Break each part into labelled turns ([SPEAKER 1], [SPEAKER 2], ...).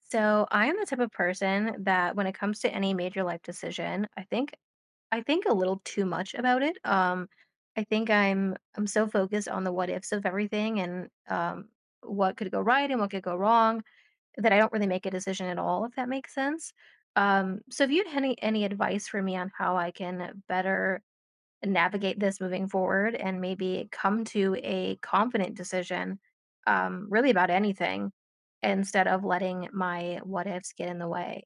[SPEAKER 1] So I am the type of person that when it comes to any major life decision, I think a little too much about it. I think I'm so focused on the what ifs of everything and what could go right and what could go wrong, that I don't really make a decision at all, if that makes sense. So if you had any advice for me on how I can better navigate this moving forward and maybe come to a confident decision, really about anything, instead of letting my what ifs get in the way.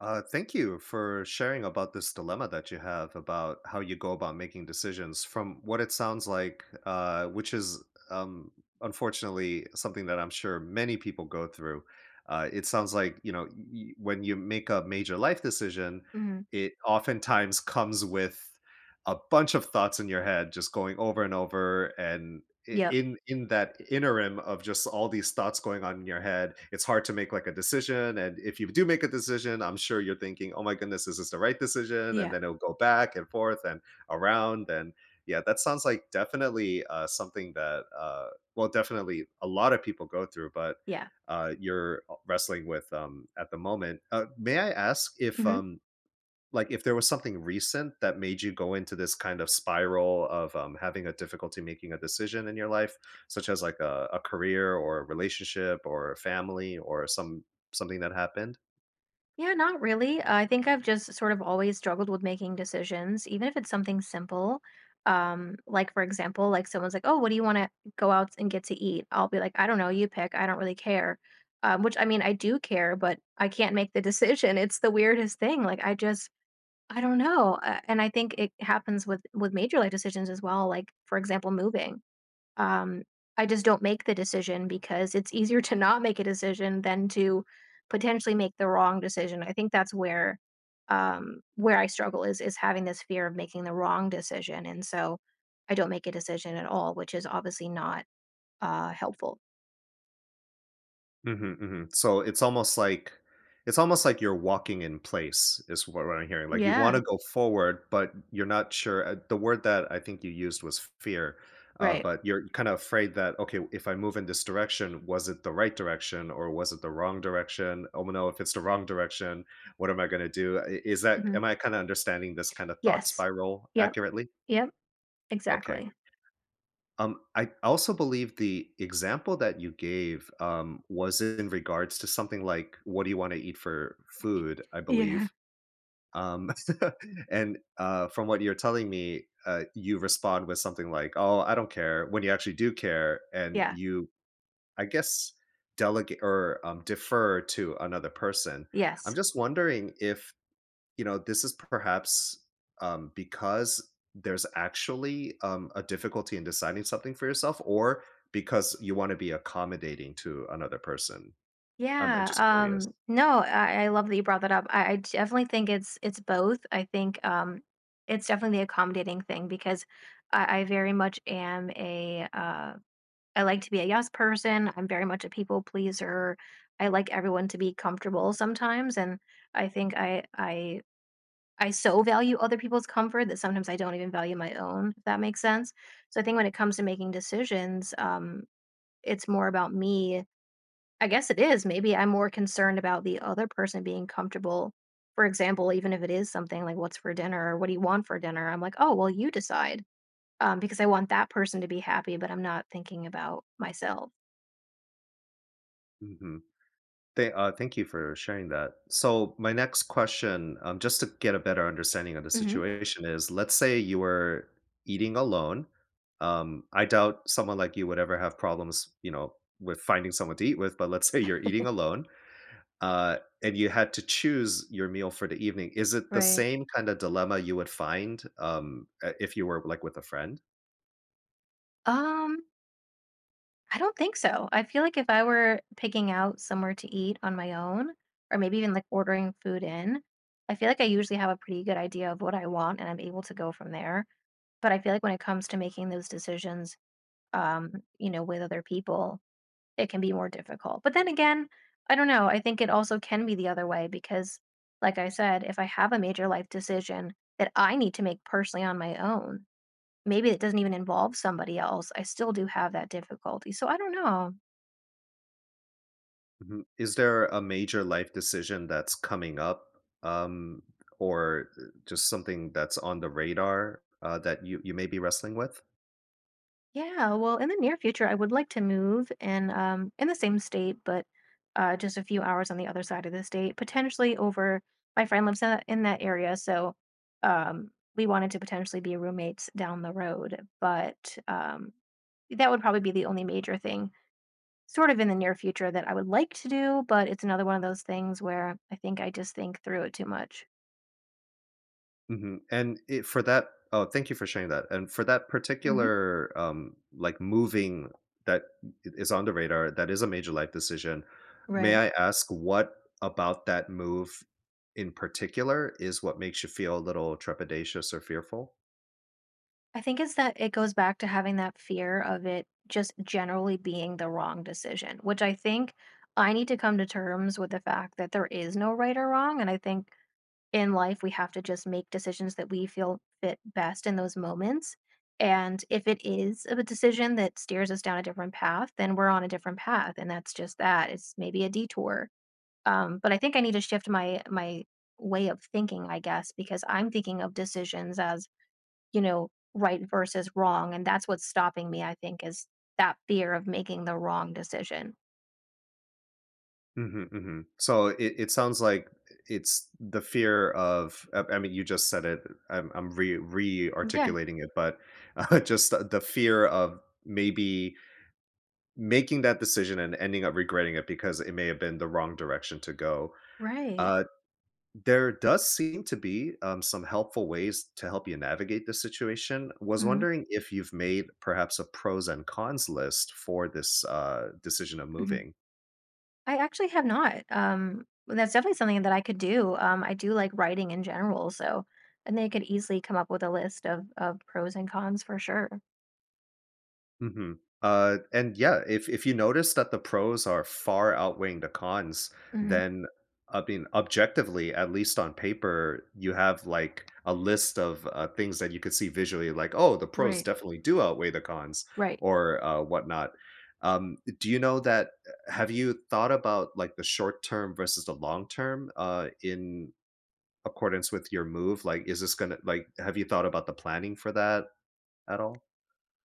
[SPEAKER 2] Thank you for sharing about this dilemma that you have about how you go about making decisions. From what it sounds like, which is um, unfortunately something that I'm sure many people go through, it sounds like when you make a major life decision,
[SPEAKER 1] Mhm.
[SPEAKER 2] it oftentimes comes with a bunch of thoughts in your head, just going over and over, and i-
[SPEAKER 1] Yep.
[SPEAKER 2] in in that interim of just all these thoughts going on in your head, it's hard to make like a decision. And if you do make a decision, I'm sure you're thinking, oh my goodness, is this the right decision? And
[SPEAKER 1] Yeah.
[SPEAKER 2] then it'll go back and forth and around and yeah, that sounds like definitely something that well, definitely a lot of people go through. But
[SPEAKER 1] Yeah.
[SPEAKER 2] you're wrestling with at the moment. May I ask if
[SPEAKER 1] Mhm.
[SPEAKER 2] like if there was something recent that made you go into this kind of spiral of having a difficulty making a decision in your life, such as like a career or a relationship or a family or something that happened.
[SPEAKER 1] Yeah, not really. I think I've just sort of always struggled with making decisions, even if it's something simple. Like for example, like someone's like, "Oh, what do you want to go out and get to eat?" I'll be like, "I don't know, you pick. I don't really care." Which I mean, I do care, but I can't make the decision. It's the weirdest thing. Like I just I don't know, and I think it happens with major life decisions as well, like, for example, moving. Um, I just don't make the decision because it's easier to not make a decision than to potentially make the wrong decision. I think that's where I struggle is having this fear of making the wrong decision, and so I don't make a decision at all, which is obviously not helpful.
[SPEAKER 2] Mhm, mhm. So it's almost like, it's almost like you're walking in place is what I'm hearing. Like, you want
[SPEAKER 1] Yeah,
[SPEAKER 2] to go forward, but you're not sure. The word that I think you used was fear,
[SPEAKER 1] right.
[SPEAKER 2] but you're kind of afraid that, okay, if I move in this direction, was it the right direction or was it the wrong direction? Oh no, if it's the wrong direction, what am I going to do? Is that,
[SPEAKER 1] Hmm.
[SPEAKER 2] am I kind of understanding this kind of thought
[SPEAKER 1] Yes.
[SPEAKER 2] spiral
[SPEAKER 1] Yep.
[SPEAKER 2] accurately?
[SPEAKER 1] Yep.
[SPEAKER 2] Okay.
[SPEAKER 1] Exactly.
[SPEAKER 2] I also believe the example that you gave, was in regards to something like, "What do you wanna eat for food?" I
[SPEAKER 1] Yeah.
[SPEAKER 2] believe. Um, and, from what you're telling me, you respond with something like, "Oh, I don't care," when you actually do care, and
[SPEAKER 1] Yeah.
[SPEAKER 2] you, I guess, delegate or, defer to another person. I'm
[SPEAKER 1] Yes.
[SPEAKER 2] just wondering if, you know, this is perhaps because there's actually a difficulty in deciding something for yourself, or because you want to be accommodating to another person. I'm
[SPEAKER 1] Yeah,
[SPEAKER 2] just curious.
[SPEAKER 1] no, I love that you brought that up. I definitely think it's both. I think it's definitely the accommodating thing because I very much am a I like to be a yes person. I'm very much a people pleaser. I like everyone to be comfortable sometimes, and I think I so value other people's comfort that sometimes I don't even value my own, if that makes sense. So I think when it comes to making decisions, it's more about me, I guess it is. Maybe I'm more concerned about the other person being comfortable. For example, even if it is something like what's for dinner or what do you want for dinner? I'm like, oh, well, you decide, because I want that person to be happy, but I'm not thinking about myself.
[SPEAKER 2] Hmm. Thank you for sharing that. So, my next question, just to get a better understanding of the
[SPEAKER 1] Hmm.
[SPEAKER 2] situation, is, let's say you were eating alone. I doubt someone like you would ever have problems, you know, with finding someone to eat with, but let's say you're eating alone. Uh, and you had to choose your meal for the evening. Is it the
[SPEAKER 1] Right.
[SPEAKER 2] same kind of dilemma you would find, if you were, like, with a friend?
[SPEAKER 1] Um, I don't think so. I feel like if I were picking out somewhere to eat on my own, or maybe even like ordering food in, I feel like I usually have a pretty good idea of what I want and I'm able to go from there. But I feel like when it comes to making those decisions, um, you know, with other people, it can be more difficult. But then again, I don't know. I think it also can be the other way because, like I said, if I have a major life decision that I need to make personally on my own, maybe it doesn't even involve somebody else, I still do have that difficulty. So I don't know.
[SPEAKER 2] Mhm. Is there a major life decision that's coming up, um, or, just something that's on the radar, that you may be wrestling with?
[SPEAKER 1] Yeah, well, in the near future, I would like to move in the same state, but just a few hours on the other side of the state, potentially over, my friend lives in that area, so we wanted to potentially be roommates down the road, but that would probably be the only major thing sort of in the near future that I would like to do, but it's another one of those things where I think I just think through it too much.
[SPEAKER 2] Mhm, and it for that, oh, thank you for sharing that, and for that
[SPEAKER 1] Hmm.
[SPEAKER 2] particular, like, moving, that is on the radar, that is a major life decision. May
[SPEAKER 1] Right.
[SPEAKER 2] I ask what about that move in particular is what makes you feel a little trepidatious or fearful?
[SPEAKER 1] I think it's that it goes back to having that fear of it just generally being the wrong decision, which I think I need to come to terms with the fact that there is no right or wrong. And I think in life, we have to just make decisions that we feel fit best in those moments. And if it is a decision that steers us down a different path, then we're on a different path. And that's just that. It's maybe a detour. But I think I need to shift my way of thinking, I guess, because I'm thinking of decisions as, you know, right versus wrong. And that's what's stopping me, I think, is that fear of making the wrong decision.
[SPEAKER 2] Mhm, mhm. So it sounds like it's the fear of, I mean, you just said it, I'm re
[SPEAKER 1] Yeah,
[SPEAKER 2] re-articulating it, but just the fear of maybe making that decision and ending up regretting it because it may have been the wrong direction to go.
[SPEAKER 1] right.
[SPEAKER 2] Uh, there does seem to be some helpful ways to help you navigate the situation. Was
[SPEAKER 1] Hmm.
[SPEAKER 2] wondering if you've made perhaps a pros and cons list for this decision of
[SPEAKER 1] Hmm.
[SPEAKER 2] moving.
[SPEAKER 1] I actually have not. But that's definitely something that I could do. I do like writing in general, so, and they could easily come up with a list of pros and cons for sure.
[SPEAKER 2] Mhm. And yeah, if you notice that the pros are far outweighing the cons,
[SPEAKER 1] Hmm.
[SPEAKER 2] then, I mean, objectively, at least on paper, you have like a list of things that you could see visually, like, oh, the pros
[SPEAKER 1] Right,
[SPEAKER 2] definitely do outweigh the cons
[SPEAKER 1] right.
[SPEAKER 2] or whatnot. Do you know that? Have you thought about like the short term versus the long term in accordance with your move? Like, is this gonna like? Have you thought about the planning for that at all?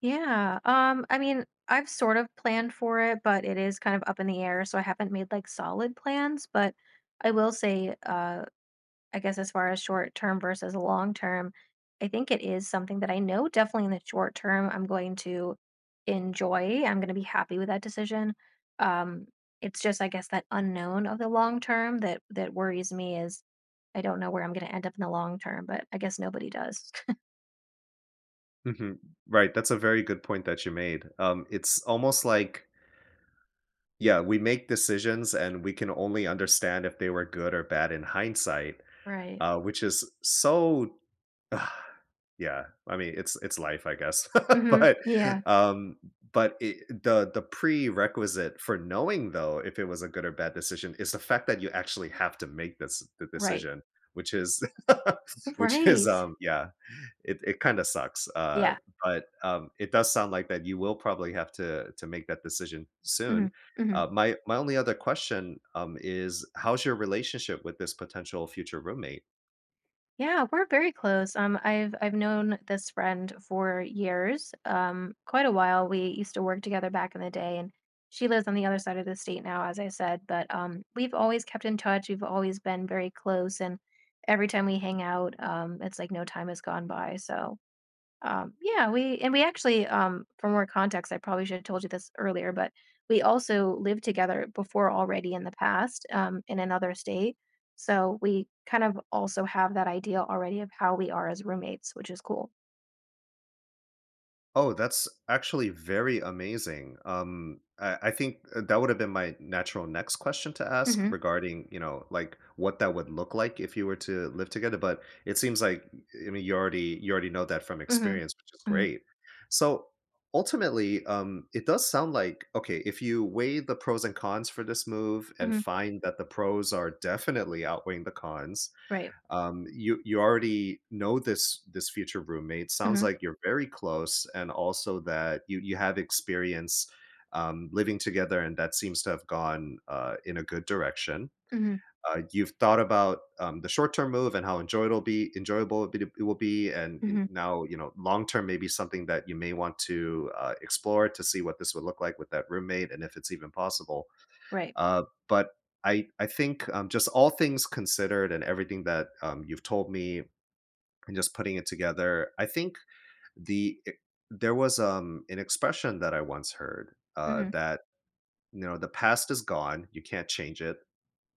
[SPEAKER 1] Yeah. I mean, I've sort of planned for it, but it is kind of up in the air, so I haven't made like solid plans, but I will say, I guess as far as short term versus long term, I think it is something that I know definitely in the short term I'm going to enjoy. I'm going to be happy with that decision. Um, it's just I guess that unknown of the long term that that worries me is I don't know where I'm going to end up in the long term, but I guess nobody does.
[SPEAKER 2] Mhm. Right, that's a very good point that you made. It's almost like, yeah, we make decisions and we can only understand if they were good or bad in hindsight,
[SPEAKER 1] Right.
[SPEAKER 2] which is so yeah, I mean, it's life, I guess.
[SPEAKER 1] Mhm.
[SPEAKER 2] But,
[SPEAKER 1] Yeah.
[SPEAKER 2] um, but it, the prerequisite for knowing, though, if it was a good or bad decision is the fact that you actually have to make this the
[SPEAKER 1] Right.
[SPEAKER 2] decision, which is which is,
[SPEAKER 1] Right.
[SPEAKER 2] yeah, it kinda sucks,
[SPEAKER 1] Yeah.
[SPEAKER 2] but, it does sound like that you will probably have to make that decision soon.
[SPEAKER 1] Mhm. Mhm.
[SPEAKER 2] My only other question, is how's your relationship with this potential future roommate?
[SPEAKER 1] Yeah, we're very close. I've known this friend for years, quite a while. We used to work together back in the day, and she lives on the other side of the state now, as I said. But we've always kept in touch. We've always been very close, and every time we hang out, it's like no time has gone by. So yeah, we actually, for more context, I probably should have told you this earlier, but we also lived together before already in the past, in another state. So we kind of also have that idea already of how we are as roommates, which is cool.
[SPEAKER 2] Oh, that's actually very amazing. I think that would have been my natural next question to ask
[SPEAKER 1] Mm-hmm.
[SPEAKER 2] regarding, you know, like what that would look like if you were to live together. But it seems like, I mean, you already know that from
[SPEAKER 1] Mm-hmm.
[SPEAKER 2] experience, which is
[SPEAKER 1] Mm-hmm.
[SPEAKER 2] great. So ultimately, it does sound like, okay, if you weigh the pros and cons for this move and
[SPEAKER 1] Mm-hmm.
[SPEAKER 2] find that the pros are definitely outweighing the cons,
[SPEAKER 1] Right.
[SPEAKER 2] you already know this future roommate. Sounds
[SPEAKER 1] Mm-hmm.
[SPEAKER 2] like you're very close, and also that you have experience living together, and that seems to have gone in a good direction.
[SPEAKER 1] Mm-hmm.
[SPEAKER 2] You've thought about the short term move and how enjoyable it'll be, enjoyable it will be, and
[SPEAKER 1] Mm-hmm.
[SPEAKER 2] now you know long term maybe something that you may want to explore to see what this would look like with that roommate and if it's even possible,
[SPEAKER 1] Right.
[SPEAKER 2] uh, but I think, just all things considered and everything that, you've told me and just putting it together, I think the e there was, an expression that I once heard,
[SPEAKER 1] Mm-hmm.
[SPEAKER 2] that, you know, "The past is gone, you can't change it.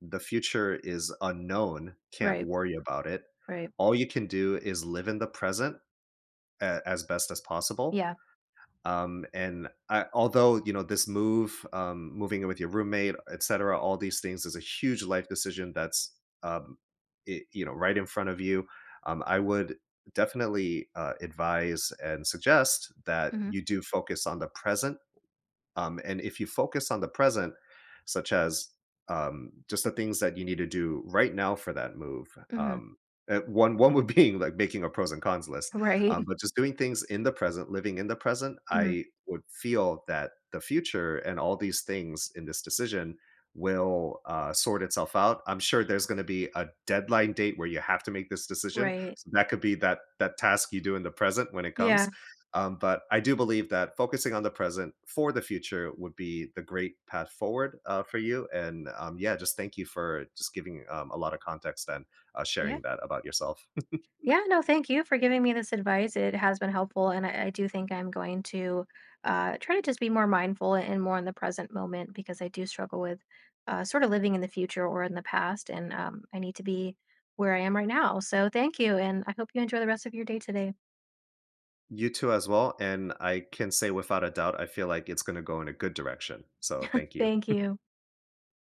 [SPEAKER 2] The future is unknown, can't
[SPEAKER 1] Right.
[SPEAKER 2] worry about it.
[SPEAKER 1] Right.
[SPEAKER 2] All you can do is live in the present a as best as possible."
[SPEAKER 1] Yeah.
[SPEAKER 2] And I, although you know this move, moving in with your roommate, etc., all these things is a huge life decision that's um, I you know, right in front of you. I would definitely advise and suggest that
[SPEAKER 1] Mm-hmm.
[SPEAKER 2] you do focus on the present and if you focus on the present, such as just the things that you need to do right now for that move,
[SPEAKER 1] Mm-hmm.
[SPEAKER 2] um, one would being like making a pros and cons list,
[SPEAKER 1] Right.
[SPEAKER 2] but just doing things in the present, living in the present,
[SPEAKER 1] Mm-hmm.
[SPEAKER 2] I would feel that the future and all these things in this decision will sort itself out. I'm sure there's going to be a deadline date where you have to make this decision.
[SPEAKER 1] Right.
[SPEAKER 2] So that could be that task you do in the present when it
[SPEAKER 1] Yeah.
[SPEAKER 2] comes but I do believe that focusing on the present for the future would be the great path forward for you. And yeah, just thank you for just giving a lot of context and
[SPEAKER 1] Yeah.
[SPEAKER 2] sharing that about yourself.
[SPEAKER 1] Yeah, no, thank you for giving me this advice. It has been helpful, and I do think I'm going to try to just be more mindful and more in the present moment because I do struggle with sort of living in the future or in the past, and I need to be where I am right now. So thank you, and I hope you enjoy the rest of your day today.
[SPEAKER 2] You too, as well. And I can say without a doubt, I feel like it's going to go in a good direction. So thank you.
[SPEAKER 1] Thank you.